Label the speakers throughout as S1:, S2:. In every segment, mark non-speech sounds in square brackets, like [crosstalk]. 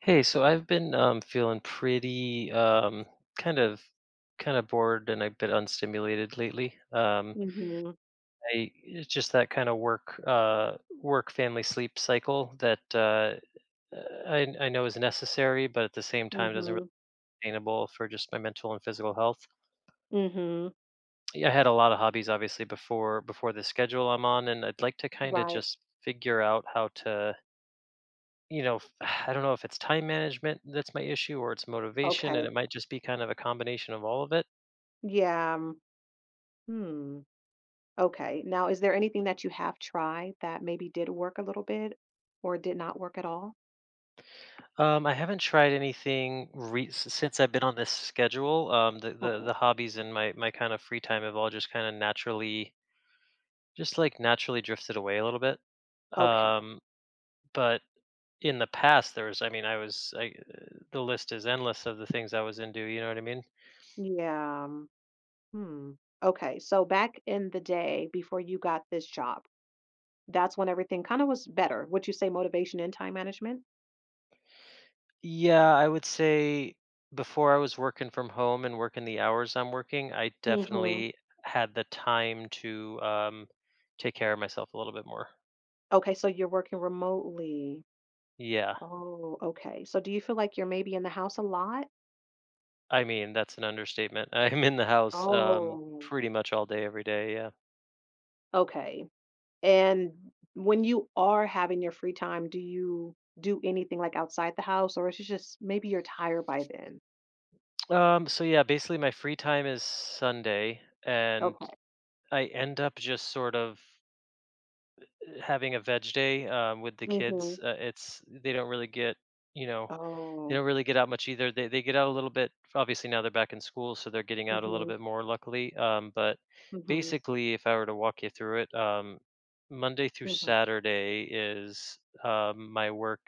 S1: Hey, so I've been feeling pretty kind of kind of bored and a bit unstimulated lately.
S2: Mhm,
S1: I it's just that kind of work work family sleep cycle that I know is necessary, but at the same time doesn't really
S2: mhm,
S1: sustainable for just my mental and physical health.
S2: mhm.
S1: Yeah, I had a lot of hobbies obviously before the schedule I'm on, and I'd like to kind of
S2: Right.
S1: just figure out how to. You know, f I don't know if it's time management that's my issue or it's motivation, and
S2: Okay.
S1: it might just be kind of a combination of all of it.
S2: Yeah, hmm, okay. Now, is there anything that you have tried that maybe did work a little bit or did not work at all?
S1: I haven't tried anything re s since I've been on this schedule. The
S2: Okay.
S1: hobbies and my kind of free time have all just kind of naturally just, like, naturally drifted away a little bit.
S2: Okay.
S1: Um, but in the past, there was I mean, I was I, uh the list is endless of the things I was into, you know what I mean?
S2: Yeah, hmm. Okay, so back in the day before you got this job, that's when everything kinda was better. Would you say motivation and time management?
S1: Yeah, I would say before I was working from home and working the hours I'm working, I
S2: Mhm.
S1: definitely had the time to take care of myself a little bit more.
S2: Okay, so you're working remotely.
S1: Yeah,
S2: Oh, okay. So do you feel like you're maybe in the house a lot?
S1: I mean that's an understatement. [laughs] I'm in the house
S2: Oh,
S1: pretty much all day every day. Yeah.
S2: okay. And when you are having your free time, do you do anything, like, outside the house, or is it just maybe you're tired by then?
S1: So yeah, basically my free time is Sunday, and
S2: Okay.
S1: I end up just sort of having a veg day with the
S2: Mhm.
S1: kids. It's they don't really get you know They
S2: Oh.
S1: don't really get out much either. They get out a little bit. Obviously now they're back in school, so they're getting out a little
S2: Mhm.
S1: bit more luckily. But
S2: Mhm.
S1: basically, if I were to walk you through it, Monday through
S2: Mhm.
S1: Saturday is um, my work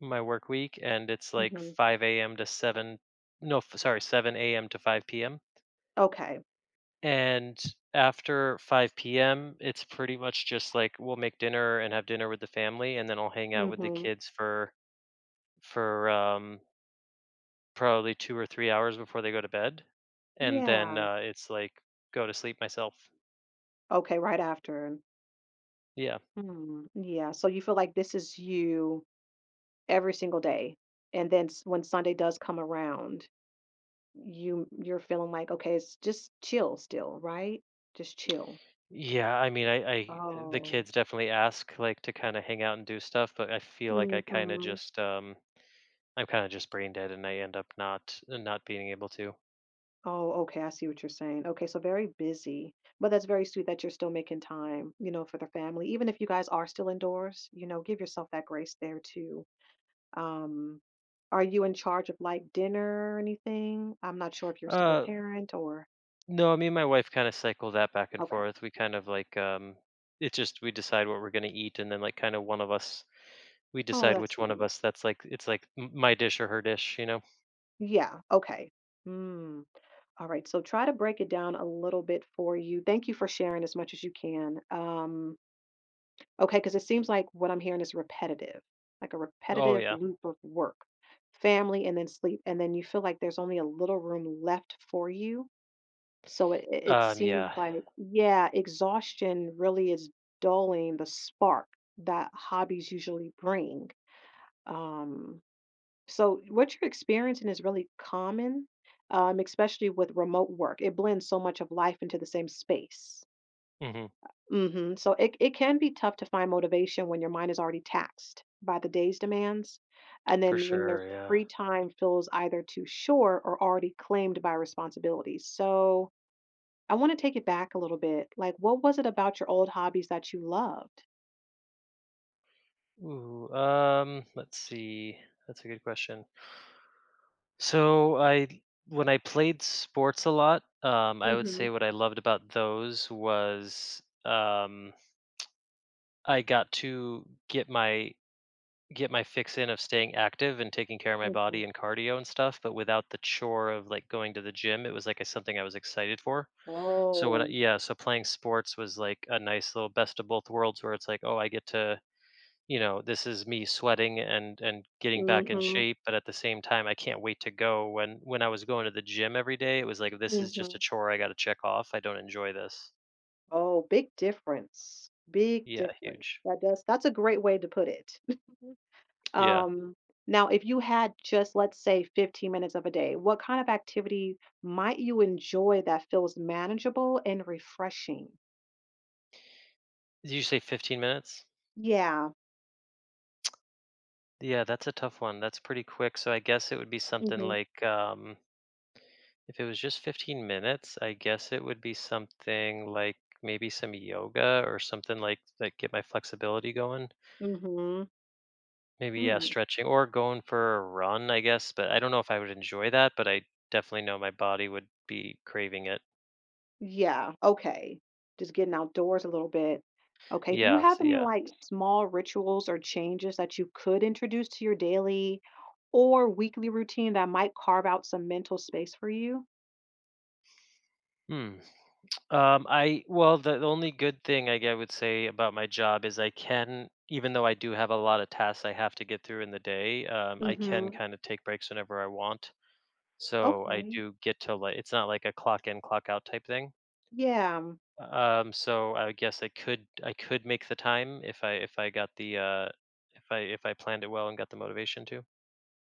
S1: my work week, and it's like
S2: Mhm.
S1: 5 a.m. to 7. No, sorry, 7 a.m. to 5 p.m.
S2: Okay.
S1: And after 5 p.m., it's pretty much just like we'll make dinner and have dinner with the family, and then I'll hang out with the
S2: Mhm.
S1: kids for for um probably 2 or 3 hours before they go to bed, and then,
S2: Yeah.
S1: it's like, go to sleep myself.
S2: Okay, right after.
S1: Yeah.
S2: Hmm, yeah, so you feel like this is you every single day, and then s when Sunday does come around, you're feeling like, "Okay, it's just chill still," right? Just chill.
S1: Yeah, I mean, I the
S2: Oh.
S1: kids definitely ask, like, to kinda hang out and do stuff, but I feel like I kinda
S2: Mhm.
S1: just. I'm kinda just brain dead and I end up not being able to.
S2: Oh, okay. I see what you're saying. Okay, so very busy, but that's very sweet that you're still making time, you know, for the family. Even if you guys are still indoors, you know, give yourself that grace there too. Um, are you in charge of like dinner or anything? I'm not sure if you're a single
S1: Uh,
S2: parent or
S1: no, me and my wife kinda cycle that back and
S2: okay.
S1: forth. We kind of like, it's just we decide what we're gonna eat and then, like, kinda one of us we
S2: Oh,
S1: decide
S2: that's
S1: which one of
S2: sweet.
S1: us that's like it's like m my dish or her dish, you know?
S2: Yeah, okay. Hmm. All right. So try to break it down a little bit for you. Thank you for sharing as much as you can. Okay, because it seems like what I'm hearing is repetitive, like a
S1: Oh,
S2: repetitive
S1: yeah.
S2: loop of work, family, and then sleep. And then you feel like there's only a little room left for you. So it
S1: Um,
S2: seems
S1: yeah.
S2: like, yeah, exhaustion really is dulling the spark that hobbies usually bring. Um, so what you're experiencing is really common, especially with remote work. It blends so much of life into the same space.
S1: Mhm.
S2: Mhm, so it can be tough to find motivation when your mind is already taxed by the day's demands, and
S1: For
S2: then when your
S1: sure, yeah.
S2: free time feels either too short or already claimed by responsibilities. So, I wanna take it back a little bit, like, what was it about your old hobbies that you loved?
S1: Ooh, let's see. That's a good question. So I when I played sports a lot, I would say
S2: Mhm,
S1: what I loved about those was I got to get my fix in of staying active and taking care of my body
S2: mhm.
S1: and cardio and stuff, but without the chore of like going to the gym. It was like something I was excited for. So what?
S2: Oh.
S1: Yeah, so playing sports was like a nice little best of both worlds, where it's like, oh, I get to, this is me sweating and getting back in
S2: Mhm,
S1: shape, but at the same time, I can't wait to go. When I was going to the gym every day, it was like this is just a
S2: mhm.
S1: chore I got to check off. I don't enjoy this.
S2: Oh, big difference, big
S1: Yeah,
S2: difference.
S1: huge.
S2: That's a great way to put it. [laughs]
S1: Yeah.
S2: Um, Now, if you had just, let's say, 15 minutes of a day, what kind of activity might you enjoy that feels manageable and refreshing?
S1: Did you say 15 minutes?
S2: Yeah.
S1: Yeah, that's a tough one. That's pretty quick. So I guess it would be something
S2: hmm
S1: like if it was just 15 minutes, I guess it would be something like maybe some yoga or something like get my flexibility going.
S2: hmm
S1: Maybe, yeah,
S2: Hmm.
S1: stretching or going for a run, I guess, but I don't know if I would enjoy that, but I definitely know my body would be craving it.
S2: Yeah. Okay. Just getting outdoors a little bit. Okay. Do you
S1: Yeah,
S2: have
S1: so
S2: any
S1: yeah.
S2: like small rituals or changes that you could introduce to your daily or weekly routine that might carve out some mental space for you?
S1: Hmm. I well, the only good thing I would say about my job is I can, even though I do have a lot of tasks I have to get through in the day, I can
S2: Hmm.
S1: kind of take breaks whenever I want. So I
S2: Okay.
S1: do get to like it's not like a clock in, clock out type thing.
S2: Yeah.
S1: So I guess I could make the time if I got the if I planned it well and got the motivation to.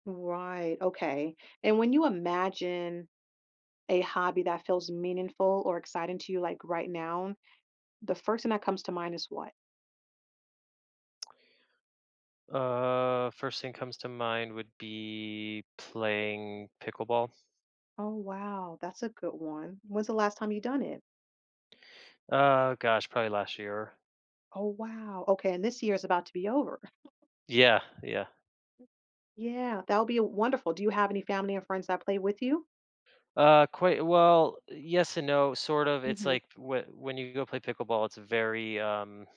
S2: Right. Okay. And when you imagine a hobby that feels meaningful or exciting to you, like right now, the first thing that comes to mind is what?
S1: First thing comes to mind would be playing pickleball.
S2: Oh, wow. That's a good one. When's the last time you done it?
S1: Gosh, probably last year.
S2: Oh, wow. Okay. And this year is about to be over.
S1: Yeah, yeah.
S2: Yeah. That would be wonderful. Do you have any family and friends that play with you?
S1: Quite well. Yes and no, sort of. It's
S2: Hmm.
S1: like when you go play pickleball, it's very um,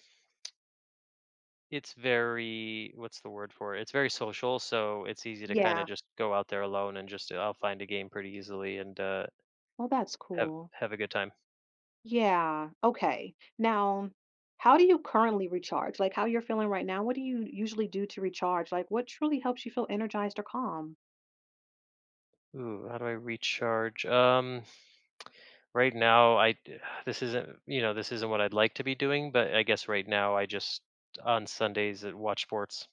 S1: it's very what's the word for it? It's very social, so it's easy to kind of
S2: Yeah.
S1: just go out there alone and just I'll find a game pretty easily and uh
S2: Well, that's
S1: Have
S2: cool.
S1: have a good time.
S2: Yeah. Okay. Now, how do you currently recharge? Like how you're feeling right now? What do you usually do to recharge? Like what truly helps you feel energized or calm?
S1: Ooh, how do I recharge? Right now, [sighs] this isn't this isn't what I'd like to be doing, but I guess right now I just on Sundays at watch sports.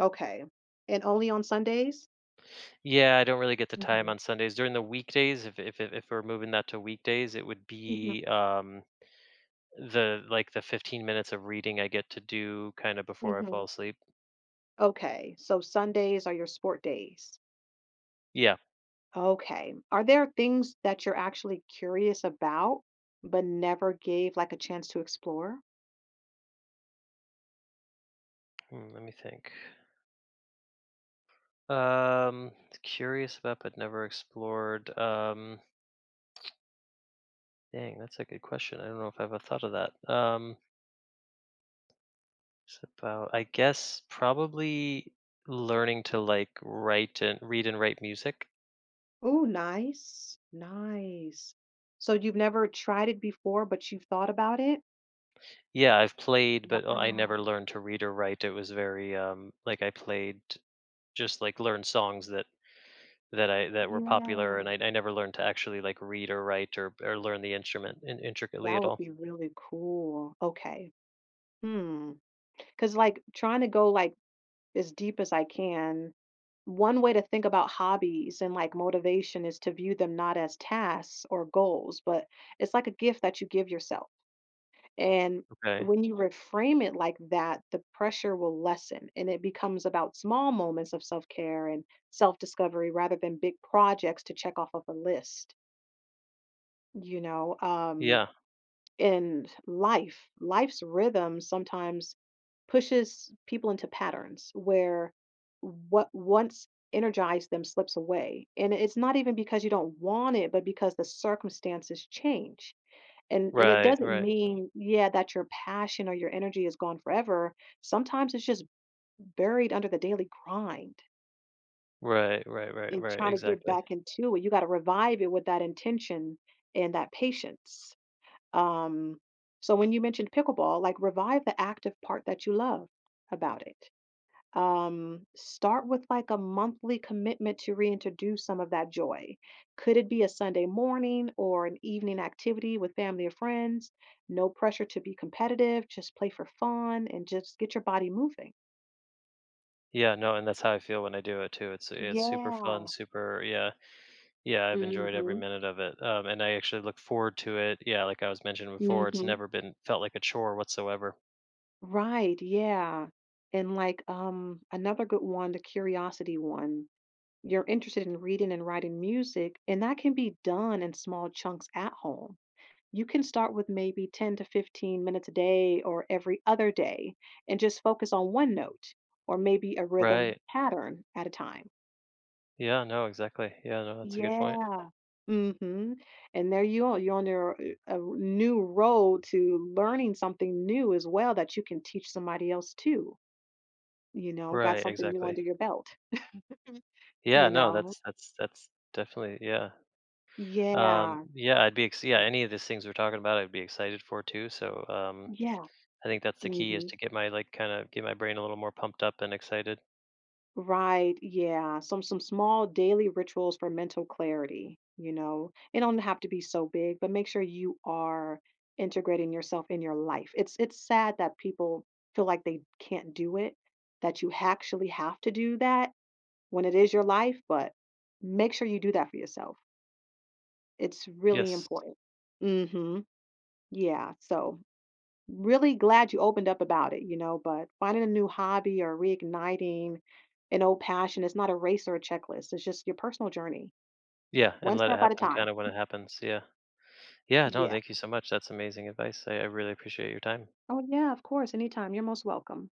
S2: Okay. And only on Sundays?
S1: Yeah, I don't really get the time
S2: Mhm,
S1: on Sundays during the weekdays. If we're moving that to weekdays, it would
S2: mhm,
S1: be the like the 15 minutes of reading I get to do kind of before I fall
S2: mhm.
S1: asleep.
S2: Okay, so Sundays are your sport days.
S1: Yeah.
S2: Okay. Are there things that you're actually curious about, but never gave, like, a chance to explore?
S1: Hmm, let me think. Um, curious about but never explored. Dang, that's a good question. I don't know if I ever thought of that. It's about, I guess, probably learning to like write and read and write music.
S2: Oh, nice, nice. So you've never tried it before, but you've thought about it?
S1: Yeah, I've played, but oh, I
S2: Wow,
S1: never learned to read or write. It was very like I played just like learned songs that were popular,
S2: yeah.
S1: and I never learned to actually like read or write or learn the instrument intricately
S2: That
S1: at
S2: would
S1: all.
S2: be really cool. Okay. Hmm. Because like, trying to go, like, as deep as I can. One way to think about hobbies and like motivation is to view them not as tasks or goals, but it's like a gift that you give yourself. And
S1: Okay.
S2: when you reframe it like that, the pressure will lessen and it becomes about small moments of self care and self discovery rather than big projects to check off of a list, you know?
S1: Yeah.
S2: In life, life's rhythm sometimes pushes people into patterns where what once energized them slips away. And it's not even because you don't want it, but because the circumstances change. And it
S1: Right.
S2: doesn't
S1: Right.
S2: mean, yeah, that your passion or your energy is gone forever. Sometimes it's just buried under the daily grind,
S1: Right. Right. Right.
S2: and
S1: Right.
S2: trying to get
S1: Exactly.
S2: back into it, you got to revive it with that intention and that patience. Um, so when you mentioned pickleball, like revive the active part that you love about it. Um, start with like a monthly commitment to reintroduce some of that joy. Could it be a Sunday morning or an evening activity with family or friends? No pressure to be competitive, just play for fun and just get your body moving.
S1: Yeah, no, and that's how I feel when I do it too. It's super
S2: Yeah.
S1: fun, super yeah, yeah. I've enjoyed every
S2: Mm-hmm.
S1: minute of it, and I actually look forward to it. Yeah, like I was mentioning before, it's
S2: Mm-hmm.
S1: never been felt like a chore whatsoever.
S2: Right. Yeah. And like another good one, the curiosity one. You're interested in reading and writing music, and that can be done in small chunks at home. You can start with maybe 10 to 15 minutes a day or every other day and just focus on one note or maybe a rhythm
S1: Right.
S2: pattern at a time.
S1: Yeah. No. Exactly. Yeah. No. That's a good point.
S2: Yeah. Mhm. And there you are. You're on your a new road to learning something new as well that you can teach somebody else too. You know, got
S1: Right.
S2: something new
S1: Exactly.
S2: under your belt. [laughs]
S1: Yeah.
S2: You
S1: No.
S2: know?
S1: That's definitely yeah.
S2: Yeah.
S1: Yeah. I'd be yeah. Any of these things we're talking about, I'd be excited for too. So
S2: Yeah.
S1: I think that's the key is
S2: Mhm.
S1: to get my like kind of get my brain a little more pumped up and excited.
S2: Right, yeah. Some small daily rituals for mental clarity, you know. It don't have to be so big, but make sure you are integrating yourself in your life. It's sad that people feel like they can't do it, that you actually have to do that when it is your life, but make sure you do that for yourself. It's really
S1: Yes.
S2: important. Mhm. Yeah. So really glad you opened up about it, you know, but finding a new hobby or reigniting an old passion is not a race or a checklist. It's just your personal journey,
S1: Yeah, and
S2: one
S1: let it
S2: step at a
S1: happen kind
S2: time.
S1: of when it happens. Yeah. Yeah, no,
S2: Yeah.
S1: thank you so much. That's amazing advice. I really appreciate your time.
S2: Oh, yeah, of course. Anytime. You're most welcome.